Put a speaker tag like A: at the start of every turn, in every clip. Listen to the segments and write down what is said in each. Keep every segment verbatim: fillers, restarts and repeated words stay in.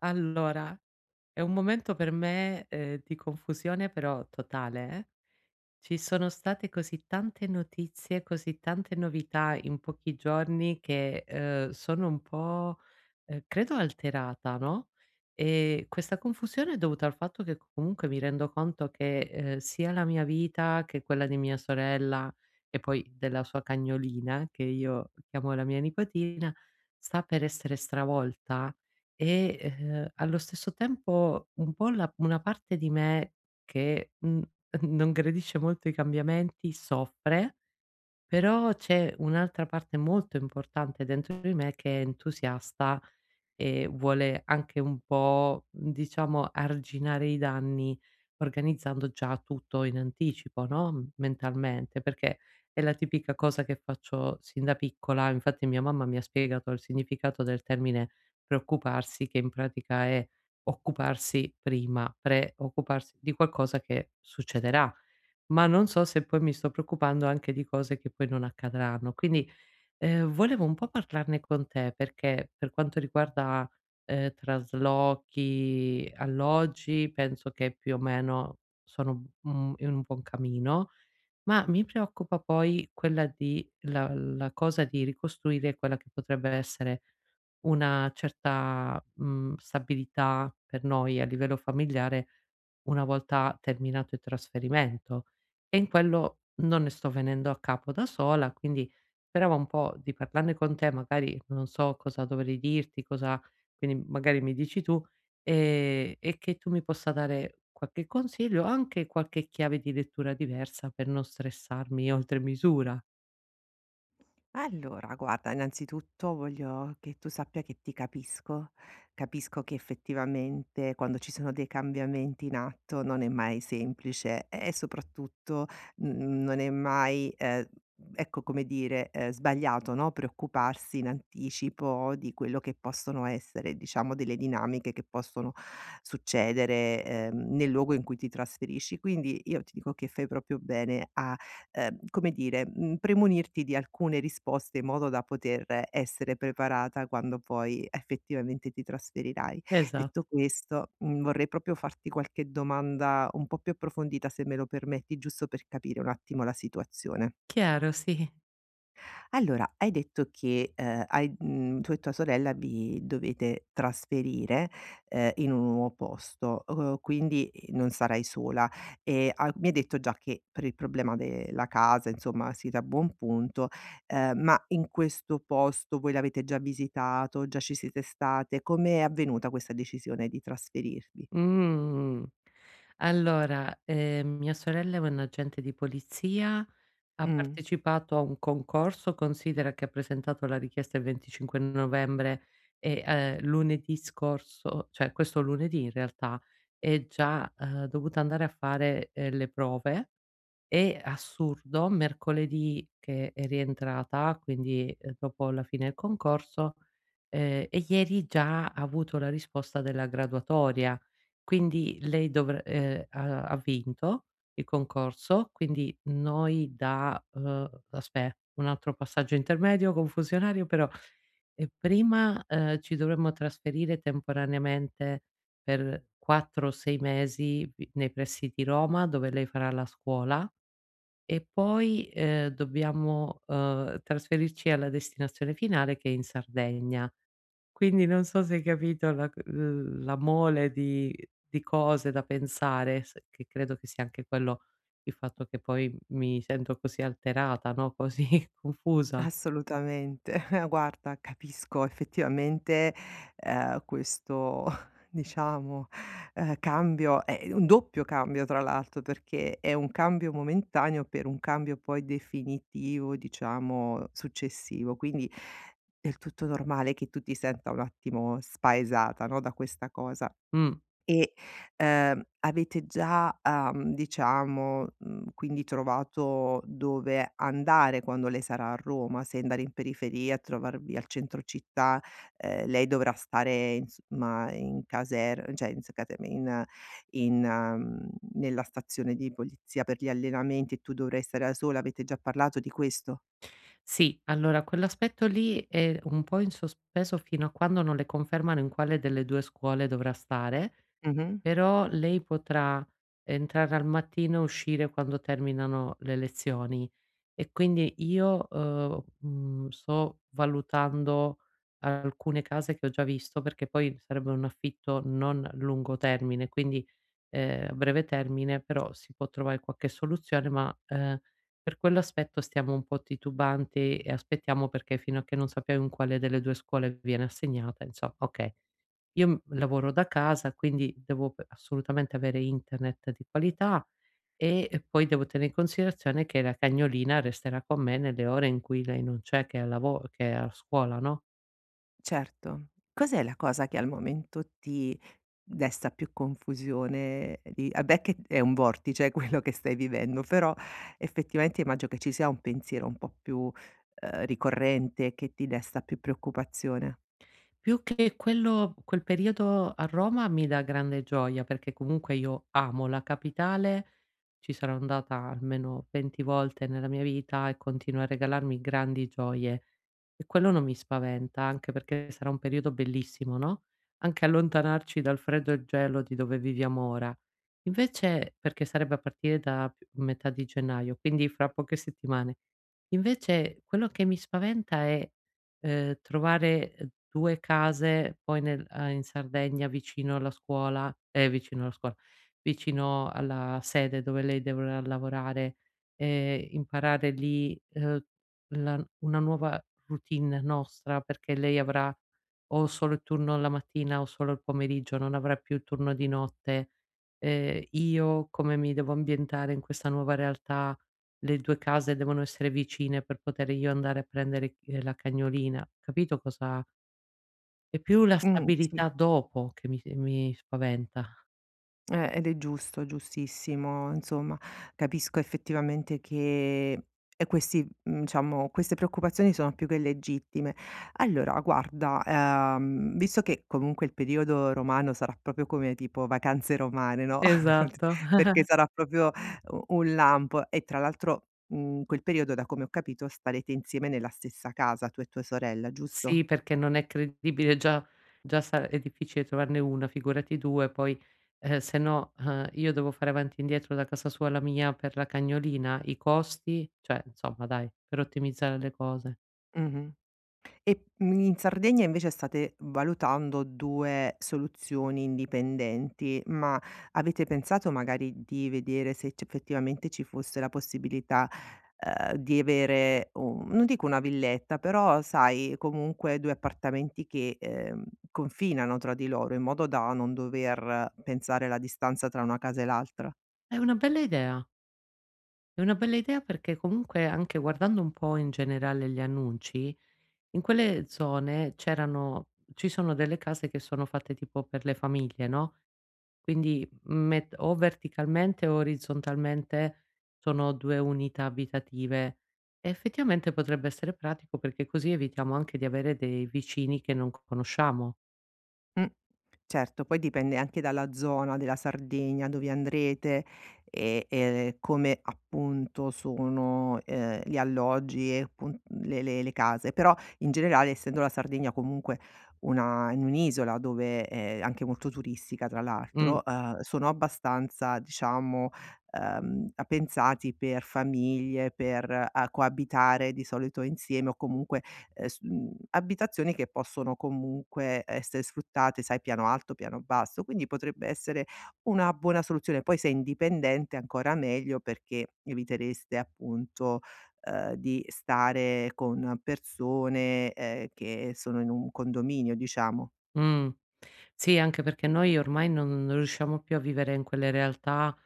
A: Allora, è un momento per me, ehm, di confusione però totale, eh. Ci sono state così tante notizie, così tante novità in pochi giorni che, ehm, sono un po', ehm, credo alterata, no, ehm, questa confusione è dovuta al fatto che comunque mi rendo conto che, ehm, sia la mia vita che quella di mia sorella e poi della sua cagnolina, che io chiamo la mia nipotina, sta per essere stravolta e, ehm, allo stesso tempo un po' la una parte di me che, mhmm non gradisce molto i cambiamenti, soffre. Però c'è un'altra parte molto importante dentro di me che è entusiasta e vuole anche un po', diciamo, arginare i danni organizzando già tutto in anticipo, no, mentalmente, perché è la tipica cosa che faccio sin da piccola. Infatti mia mamma mi ha spiegato il significato del termine preoccuparsi, che in pratica è occuparsi prima, preoccuparsi di qualcosa che succederà. Ma non so se poi mi sto preoccupando anche di cose che poi non accadranno. Quindi, Ehm, volevo un po' parlarne con te perché per quanto riguarda, ehm, traslochi, alloggi, penso che più o meno sono, mhmm, in un buon cammino, ma mi preoccupa poi quella di la la cosa di ricostruire quella che potrebbe essere una certa, mhmm, stabilità per noi a livello familiare una volta terminato il trasferimento. E in quello non ne sto venendo a capo da sola, quindi speravo un po' di parlarne con te, magari non so cosa dovrei dirti, cosa, quindi magari mi dici tu, ehm, e che tu mi possa dare qualche consiglio, anche qualche chiave di lettura diversa per non stressarmi oltre misura.
B: Allora, guarda, innanzitutto voglio che tu sappia che ti capisco. Capisco che effettivamente quando ci sono dei cambiamenti in atto non è mai semplice e soprattutto mm, non è mai, eh, ecco come dire, eh, sbagliato, no? Preoccuparsi in anticipo di quello che possono essere, diciamo, delle dinamiche che possono succedere, ehm, nel luogo in cui ti trasferisci. Quindi io ti dico che fai proprio bene ehm, come dire, mhmm, premunirti di alcune risposte in modo da poter essere preparata quando poi effettivamente ti trasferirai. Detto
A: Esatto.
B: questo, mhmm, vorrei proprio farti qualche domanda un po' più approfondita, se me lo permetti, giusto per capire un attimo la situazione.
A: Chiaro, sì.
B: Allora, hai detto che, ehm, hai mhmm, tu e tua sorella vi dovete trasferire, ehm, in un nuovo posto, uhm, quindi, ehm, non sarai sola. E a mi hai detto già che per il problema della casa, insomma, siete a buon punto, ehm, ma in questo posto voi l'avete già visitato, già ci siete state? Com'è avvenuta questa decisione di trasferirvi?
A: Mh. Allora, ehm, mia sorella è un agente di polizia, ha
B: Mh.
A: partecipato a un concorso, considera che ha presentato la richiesta il venticinque novembre e, ehm, lunedì scorso cioè questo lunedì in realtà, è già, ehm, dovuta andare a fare, ehm, le prove e, assurdo, mercoledì che è rientrata, quindi, ehm, dopo la fine del concorso, ehm, e ieri già ha avuto la risposta della graduatoria. Quindi lei dovr ehm, ha ha vinto il concorso, quindi noi da uhm, aspe un altro passaggio intermedio, confusionario però, ehm, prima, ehm, ci dovremmo trasferire temporaneamente per quattro o sei mesi vi nei pressi di Roma, dove lei farà la scuola e poi, ehm, dobbiamo, uhm, trasferirci alla destinazione finale che è in Sardegna. Quindi non so se hai capito la c l la mole di di cose da pensare, s che credo che sia anche quello il fatto che poi mi sento così alterata, no, così confusa.
B: Assolutamente. Guarda, capisco effettivamente, ehm, questo diciamo, ehm, cambio è un doppio cambio tra l'altro, perché è un cambio momentaneo per un cambio poi definitivo, diciamo successivo. Quindi, è del tutto normale che tu ti senta un attimo spaesata, no, da questa cosa.
A: Mh.
B: E, ehm, avete già, uhm, diciamo, mhmm, quindi trovato dove andare quando lei sarà a Roma, se andare in periferia, trovarvi al centro città, ehm, lei dovrà stare insomma in caser cioè in s caserme in in mhmm, nella stazione di polizia per gli allenamenti e tu dovrai stare da sola, avete già parlato di questo?
A: Sì, allora quell'aspetto lì è un po' in sospeso fino a quando non le confermano in quale delle due scuole dovrà stare.
B: Mh-mh,
A: Però lei potrà entrare al mattino e uscire quando terminano le lezioni e quindi io, uhm, mhmm, sto valutando alcune case che ho già visto, perché poi sarebbe un affitto non a lungo termine, quindi, ehm, a breve termine, però si può trovare qualche soluzione, ma, ehm, per quell'aspetto stiamo un po' titubanti e aspettiamo perché fino a che non sappiamo in quale delle due scuole viene assegnata, inso okay. Io, mhmm, lavoro da casa, quindi devo p assolutamente avere internet di qualità e e poi devo tenere in considerazione che la cagnolina resterà con me nelle ore in cui lei non c'è, che è al lavo che è a scuola, no?
B: certo. Cos'è la cosa che al momento ti desta più confusione di vabbè che è un vortice quello che stai vivendo, però effettivamente immagino che ci sia un pensiero un po' più, ehm, ricorrente che ti desta più preoccupazione.
A: Più che quello quel periodo a Roma mi dà grande gioia, perché comunque io amo la capitale, ci sarò andata almeno venti volte nella mia vita e continua a regalarmi grandi gioie. E quello non mi spaventa, anche perché sarà un periodo bellissimo, no, anche allontanarci dal freddo e gelo di dove viviamo ora. Invece perché sarebbe a partire da p metà di gennaio, quindi fra poche settimane. Invece quello che mi spaventa è, ehm, trovare, uhm, due case poi nel uhm, in Sardegna vicino alla scuola ehm, vicino alla scuola, vicino alla sede dove lei dovrà lavorare, ehm, imparare lì, uhm, la una nuova routine nostra, perché lei avrà o solo il turno la mattina o solo il pomeriggio, non avrà più il turno di notte. Ehm, io come mi devo ambientare in questa nuova realtà? Le due case devono essere vicine per poter io andare a prendere, ehm, la cagnolina. Capito cosa è più la
B: Mh, sì.
A: stabilità dopo che mi mi spaventa.
B: Eh, ed è giusto, giustissimo. Insomma, capisco effettivamente che e questi, mhmm, diciamo, queste preoccupazioni sono più che legittime. Allora guarda, ehm, visto che comunque il periodo romano sarà proprio come tipo vacanze romane, no,
A: Esatto.
B: perché sarà proprio u un lampo e tra l'altro, mhmm, in quel periodo da come ho capito starete insieme nella stessa casa tu e tua sorella, giusto?
A: Sì, perché non è credibile, già già sa è difficile trovarne una, figurati due poi, ehm, se no, ehm, io devo fare avanti e indietro da casa sua alla mia per la cagnolina, i costi, cioè insomma dai, per ottimizzare le cose.
B: Mh-mh. E, mhmm, in Sardegna invece state valutando due soluzioni indipendenti, ma avete pensato magari di vedere se c effettivamente ci fosse la possibilità, ehm, di avere un non dico una villetta, però sai comunque due appartamenti che, ehm, confinano tra di loro in modo da non dover pensare alla distanza tra una casa e l'altra?
A: È una bella idea. È una bella idea perché comunque anche guardando un po' in generale gli annunci, in quelle zone c'erano ci sono delle case che sono fatte tipo per le famiglie, no, quindi met o verticalmente o orizzontalmente sono due unità abitative. E Effettivamente potrebbe essere pratico perché così evitiamo anche di avere dei vicini che non conosciamo.
B: Mh. Certo, poi dipende anche dalla zona della Sardegna dove andrete e e come appunto sono, ehm, gli alloggi e appun le le le case. Però in generale, essendo la Sardegna comunque una in un'isola dove è anche molto turistica tra
A: Mh,
B: l'altro, uhm, sono abbastanza diciamo, uhm, a pensati per famiglie, per, uhm, coabitare di solito insieme o comunque ehm, s mhmm, abitazioni che possono comunque essere sfruttate, sai, piano alto, piano basso, quindi potrebbe essere una buona soluzione. Poi se è indipendente ancora meglio perché evitereste appunto, ehm, di stare con persone, ehm, che sono in un condominio, diciamo.
A: mh. Sì, anche perché noi ormai non non riusciamo più a vivere in quelle realtà.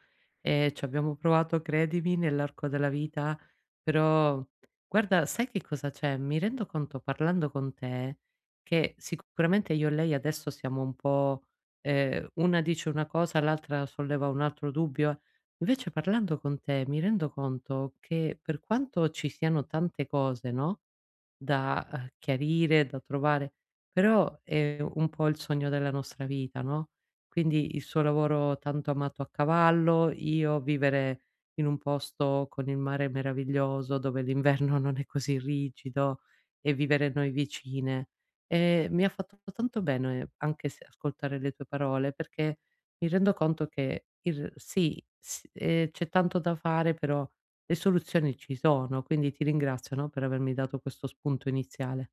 A: Ehm, ci abbiamo provato credimi nell'arco della vita, però guarda sai che cosa c'è, mi rendo conto parlando con te che sicuramente io e lei adesso siamo un po', ehm, una dice una cosa, l'altra solleva un altro dubbio. Invece parlando con te mi rendo conto che per quanto ci siano tante cose, no, da, uhm, chiarire, da trovare, però è un po' il sogno della nostra vita, no, quindi il suo lavoro tanto amato a cavallo, io vivere in un posto con il mare meraviglioso, dove l'inverno non è così rigido e vivere noi vicine. Ehm, mi ha fatto tanto bene anche se ascoltare le tue parole, perché mi rendo conto che il sì, s ehm, c'è tanto da fare, però le soluzioni ci sono, quindi ti ringrazio, no, per avermi dato questo spunto iniziale.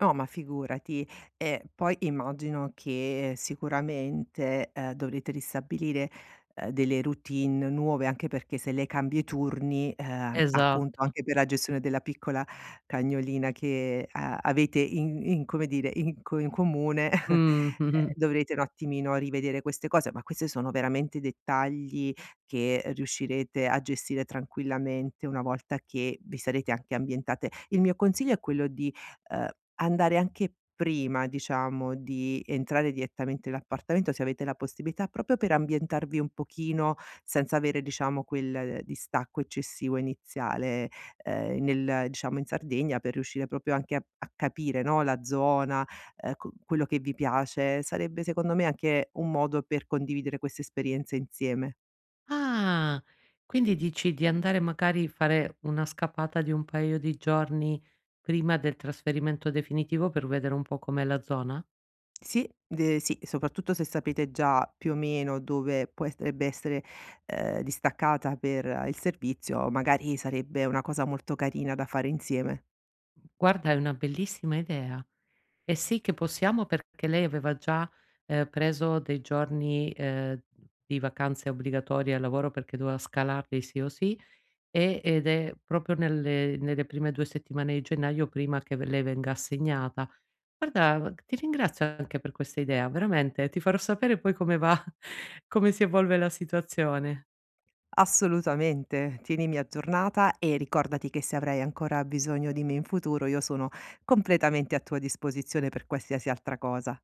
B: No, ma figurati. E poi immagino che eh, sicuramente, ehm, dovrete ristabilire, ehm, delle routine nuove, anche perché se lei cambia i turni, ehm, appunto
A: Esatto.
B: anche per la gestione della piccola cagnolina che a avete in in come dire, in co in comune, ehm,
A: Mh, mh-mh.
B: dovrete un attimino rivedere queste cose, ma queste sono veramente dettagli che riuscirete a gestire tranquillamente una volta che vi sarete anche ambientate. Il mio consiglio è quello di uhm, andare anche prima, diciamo, di entrare direttamente nell'appartamento, se avete la possibilità, proprio per ambientarvi un pochino senza avere, diciamo, quel eh, distacco eccessivo iniziale, ehm, nel diciamo in Sardegna per riuscire proprio anche a a capire, no, la zona, ehm, co quello che vi piace. Sarebbe secondo me anche un modo per condividere queste esperienze insieme.
A: Ah, quindi dici di andare magari fare una scappata di un paio di giorni prima del trasferimento definitivo per vedere un po' com'è la zona?
B: Sì, de sì, soprattutto se sapete già più o meno dove può potrebbe essere, ehm, distaccata per eh, il servizio, magari sarebbe una cosa molto carina da fare insieme.
A: Guarda, è una bellissima idea. E sì che possiamo perché lei aveva già, ehm, preso dei giorni, ehm, di vacanze obbligatorie al lavoro perché doveva scalarli sì o sì. E ed è proprio nelle nelle prime due settimane di gennaio prima che v lei venga assegnata. Guarda, ti ringrazio anche per questa idea, veramente, ti farò sapere poi come va come si evolve la situazione.
B: Assolutamente, tienimi aggiornata e ricordati che se avrai ancora bisogno di me in futuro, io sono completamente a tua disposizione per qualsiasi altra cosa.